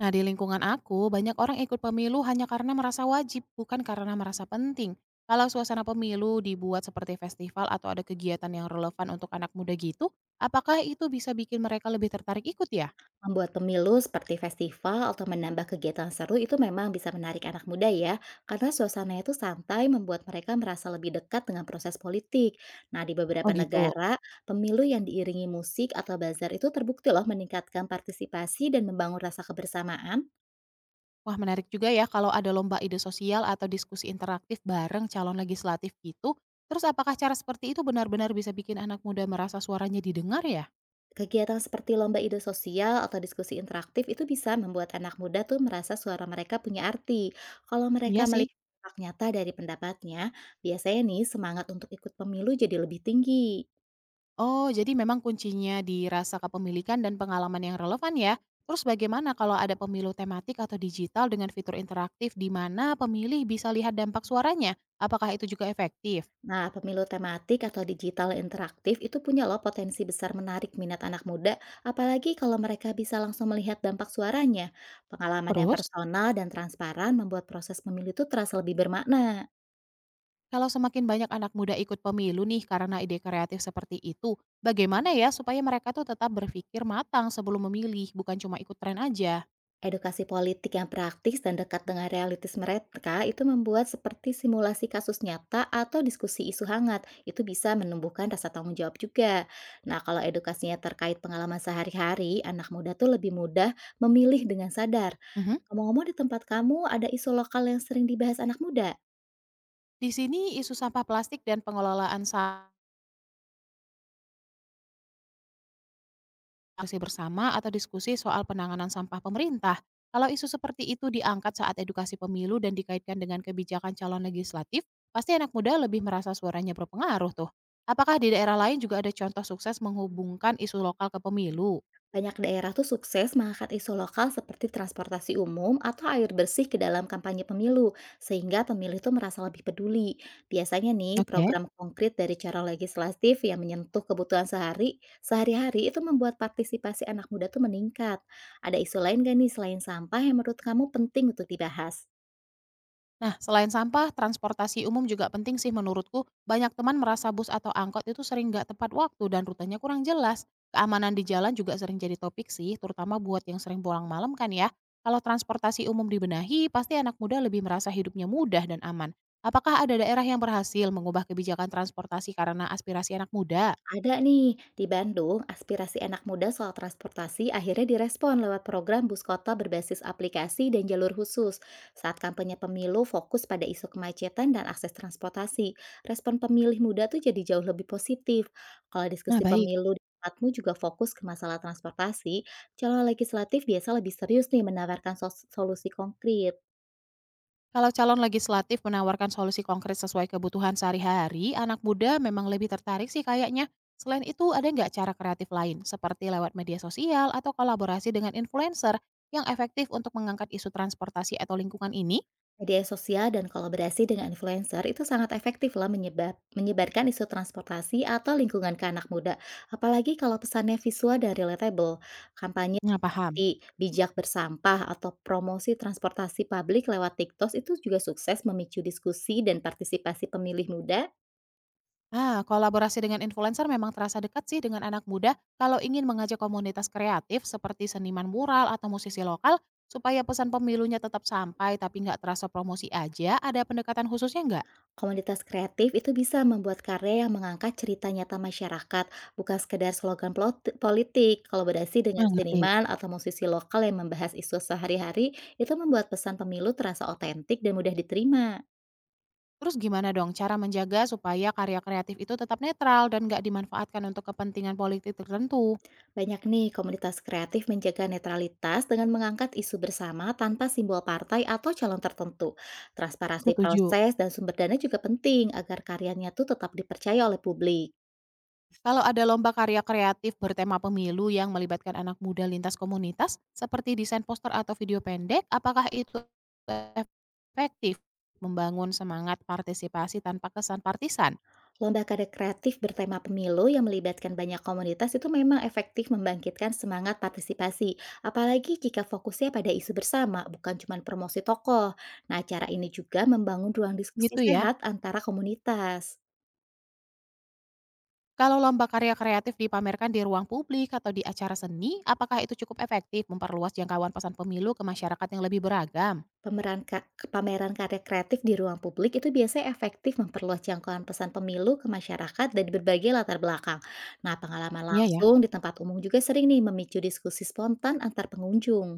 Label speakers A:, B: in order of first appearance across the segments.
A: Nah, di lingkungan aku, banyak orang ikut pemilu hanya karena merasa wajib, bukan karena merasa penting. Kalau suasana pemilu dibuat seperti festival atau ada kegiatan yang relevan untuk anak muda gitu, apakah itu bisa bikin mereka lebih tertarik ikut ya?
B: Membuat pemilu seperti festival atau menambah kegiatan seru itu memang bisa menarik anak muda ya, karena suasananya itu santai membuat mereka merasa lebih dekat dengan proses politik. Nah, di
A: Oh
B: beberapa
A: gitu.
B: negara, pemilu yang diiringi musik atau bazar itu terbukti loh meningkatkan partisipasi dan membangun rasa kebersamaan.
A: Wah menarik juga ya kalau ada lomba ide sosial atau diskusi interaktif bareng calon legislatif gitu. Terus apakah cara seperti itu benar-benar bisa bikin anak muda merasa suaranya didengar ya?
B: Kegiatan seperti lomba ide sosial atau diskusi interaktif itu bisa membuat anak muda tuh merasa suara mereka punya arti. Kalau mereka
A: Iya sih.
B: melihat dampak nyata dari pendapatnya, biasanya nih semangat untuk ikut pemilu jadi lebih tinggi.
A: Oh, jadi memang kuncinya di rasa kepemilikan dan pengalaman yang relevan ya. Terus bagaimana kalau ada pemilu tematik atau digital dengan fitur interaktif di mana pemilih bisa lihat dampak suaranya? Apakah itu juga efektif?
B: Nah, pemilu tematik atau digital interaktif itu punya loh potensi besar menarik minat anak muda, apalagi kalau mereka bisa langsung melihat dampak suaranya. Pengalaman yang
A: Terus,
B: personal dan transparan membuat proses pemilu itu terasa lebih bermakna.
A: kalau semakin banyak anak muda ikut pemilu nih karena ide kreatif seperti itu, bagaimana ya supaya mereka tuh tetap berpikir matang sebelum memilih, bukan cuma ikut tren aja?
B: Edukasi politik yang praktis dan dekat dengan realitas mereka itu membuat seperti simulasi kasus nyata atau diskusi isu hangat. Itu bisa menumbuhkan rasa tanggung jawab juga. Nah, kalau edukasinya terkait pengalaman sehari-hari, anak muda tuh lebih mudah memilih dengan sadar.
A: Mhm.
B: Ngomong-ngomong, di tempat kamu ada isu lokal yang sering dibahas anak muda?
A: Di sini isu sampah plastik dan pengelolaan sampah aksi bersama atau diskusi soal penanganan sampah pemerintah. Kalau isu seperti itu diangkat saat edukasi pemilu dan dikaitkan dengan kebijakan calon legislatif, pasti anak muda lebih merasa suaranya berpengaruh tuh. Apakah di daerah lain juga ada contoh sukses menghubungkan isu lokal ke pemilu?
B: Banyak daerah tuh sukses mengangkat isu lokal seperti transportasi umum atau air bersih ke dalam kampanye pemilu, sehingga pemilih tuh merasa lebih peduli. Biasanya nih,
A: Oke.
B: program konkret dari cara legislatif yang menyentuh kebutuhan sehari-hari itu membuat partisipasi anak muda tuh meningkat. Ada isu lain gak nih selain sampah yang menurut kamu penting untuk dibahas?
A: Nah, selain sampah, transportasi umum juga penting sih menurutku. Banyak teman merasa bus atau angkot itu sering nggak tepat waktu dan rutenya kurang jelas. Keamanan di jalan juga sering jadi topik sih, terutama buat yang sering pulang malam kan ya. Kalau transportasi umum dibenahi, pasti anak muda lebih merasa hidupnya mudah dan aman. Apakah ada daerah yang berhasil mengubah kebijakan transportasi karena aspirasi anak muda?
B: Ada nih, di Bandung, aspirasi anak muda soal transportasi akhirnya direspon lewat program bus kota berbasis aplikasi dan jalur khusus. Saat kampanye pemilu fokus pada isu kemacetan dan akses transportasi, respon pemilih muda tuh jadi jauh lebih positif. Kalau
A: Nah,
B: diskusi
A: baik.
B: pemilu di tempatmu juga fokus ke masalah transportasi, calon legislatif biasa lebih serius nih menawarkan solusi konkret.
A: Kalau calon legislatif menawarkan solusi konkret sesuai kebutuhan sehari-hari, anak muda memang lebih tertarik sih kayaknya. Selain itu, ada nggak cara kreatif lain, seperti lewat media sosial atau kolaborasi dengan influencer yang efektif untuk mengangkat isu transportasi atau lingkungan ini?
B: Media sosial dan kolaborasi dengan influencer itu sangat efektif lah menyebarkan isu transportasi atau lingkungan ke anak muda, apalagi kalau pesannya visual dan relatable. Kampanye
A: Nah, paham.
B: seperti bijak bersampah atau promosi transportasi publik lewat TikTok itu juga sukses memicu diskusi dan partisipasi pemilih muda.
A: Ah, kolaborasi dengan influencer memang terasa dekat sih dengan anak muda kalau ingin mengajak komunitas kreatif seperti seniman mural atau musisi lokal supaya pesan pemilunya tetap sampai tapi nggak terasa promosi aja, ada pendekatan khususnya nggak?
B: Komunitas kreatif itu bisa membuat karya yang mengangkat cerita nyata masyarakat, bukan sekedar slogan politik. Kolaborasi
A: Nah,
B: dengan
A: ngerti.
B: seniman atau musisi lokal yang membahas isu sehari-hari itu membuat pesan pemilu terasa otentik dan mudah diterima.
A: Terus gimana dong cara menjaga supaya karya kreatif itu tetap netral dan nggak dimanfaatkan untuk kepentingan politik tertentu?
B: Banyak nih komunitas kreatif menjaga netralitas dengan mengangkat isu bersama tanpa simbol partai atau calon tertentu. Transparansi
A: Setuju.
B: proses dan sumber dana juga penting agar karyanya tuh tetap dipercaya oleh publik.
A: Kalau ada lomba karya kreatif bertema pemilu yang melibatkan anak muda lintas komunitas, seperti desain poster atau video pendek, apakah itu efektif membangun semangat partisipasi tanpa kesan partisan?
B: Lomba karya kreatif bertema pemilu yang melibatkan banyak komunitas itu memang efektif membangkitkan semangat partisipasi, apalagi jika fokusnya pada isu bersama, bukan cuma promosi tokoh. Nah, acara ini juga membangun ruang
A: Gitu
B: diskusi
A: ya.
B: sehat antara komunitas.
A: Kalau lomba karya kreatif dipamerkan di ruang publik atau di acara seni, apakah itu cukup efektif memperluas jangkauan pesan pemilu ke masyarakat yang lebih beragam?
B: Pemeran ka- Pameran karya kreatif di ruang publik itu biasanya efektif memperluas jangkauan pesan pemilu ke masyarakat dari berbagai latar belakang. Nah, pengalaman
A: Iya ya.
B: langsung di tempat umum juga sering nih memicu diskusi spontan antar pengunjung.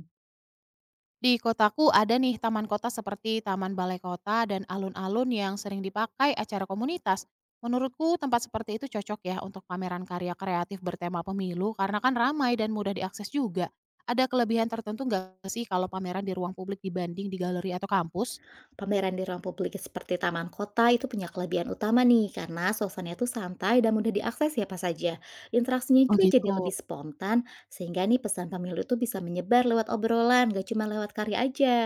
A: Di kotaku ada nih taman kota seperti Taman Balai Kota dan alun-alun yang sering dipakai acara komunitas. Menurutku tempat seperti itu cocok ya untuk pameran karya kreatif bertema pemilu karena kan ramai dan mudah diakses juga. Ada kelebihan tertentu nggak sih kalau pameran di ruang publik dibanding di galeri atau kampus?
B: Pameran di ruang publik seperti taman kota itu punya kelebihan utama nih, karena suasananya tuh santai dan mudah diakses siapa saja. Interaksinya
A: Oh
B: juga jadi lebih
A: gitu.
B: spontan, sehingga nih pesan pemilu itu bisa menyebar lewat obrolan, gak cuma lewat karya aja.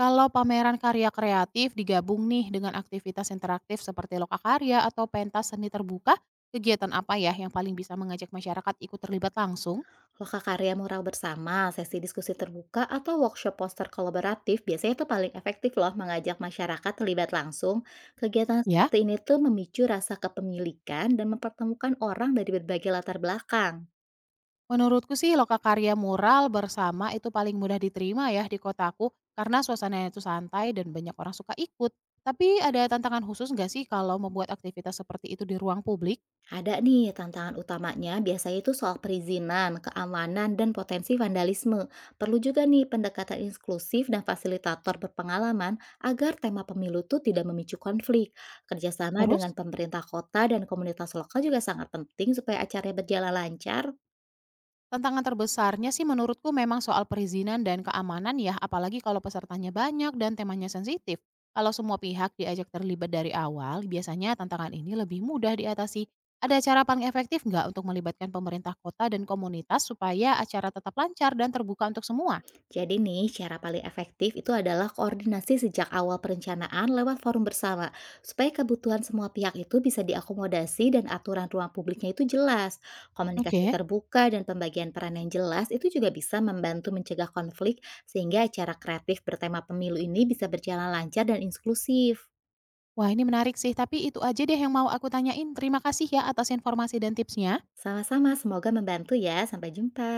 A: Kalau pameran karya kreatif digabung nih dengan aktivitas interaktif seperti lokakarya atau pentas seni terbuka, kegiatan apa ya yang paling bisa mengajak masyarakat ikut terlibat langsung?
B: Loka karya mural bersama, sesi diskusi terbuka, atau workshop poster kolaboratif biasanya itu paling efektif loh mengajak masyarakat terlibat langsung. Kegiatan
A: Ya,
B: seperti ini tuh memicu rasa kepemilikan dan mempertemukan orang dari berbagai latar belakang.
A: menurutku sih lokakarya mural bersama itu paling mudah diterima ya di kotaku karena suasananya itu santai dan banyak orang suka ikut. Tapi ada tantangan khusus nggak sih kalau membuat aktivitas seperti itu di ruang publik?
B: Ada nih, tantangan utamanya biasanya itu soal perizinan, keamanan, dan potensi vandalisme. Perlu juga nih pendekatan inklusif dan fasilitator berpengalaman agar tema pemilu itu tidak memicu konflik. Kerjasama
A: Terus
B: dengan pemerintah kota dan komunitas lokal juga sangat penting supaya acaranya berjalan lancar.
A: tantangan terbesarnya sih menurutku memang soal perizinan dan keamanan ya apalagi kalau pesertanya banyak dan temanya sensitif. Kalau semua pihak diajak terlibat dari awal, biasanya tantangan ini lebih mudah diatasi. Ada cara paling efektif nggak untuk melibatkan pemerintah kota dan komunitas supaya acara tetap lancar dan terbuka untuk semua?
B: Jadi nih, cara paling efektif itu adalah koordinasi sejak awal perencanaan lewat forum bersama, supaya kebutuhan semua pihak itu bisa diakomodasi dan aturan ruang publiknya itu jelas. Komunikasi
A: Oke.
B: terbuka dan pembagian peran yang jelas itu juga bisa membantu mencegah konflik, sehingga acara kreatif bertema pemilu ini bisa berjalan lancar dan inklusif.
A: Wah ini menarik sih, tapi itu aja deh yang mau aku tanyain. Terima kasih ya atas informasi dan tipsnya.
B: Sama-sama, semoga membantu ya. Sampai jumpa.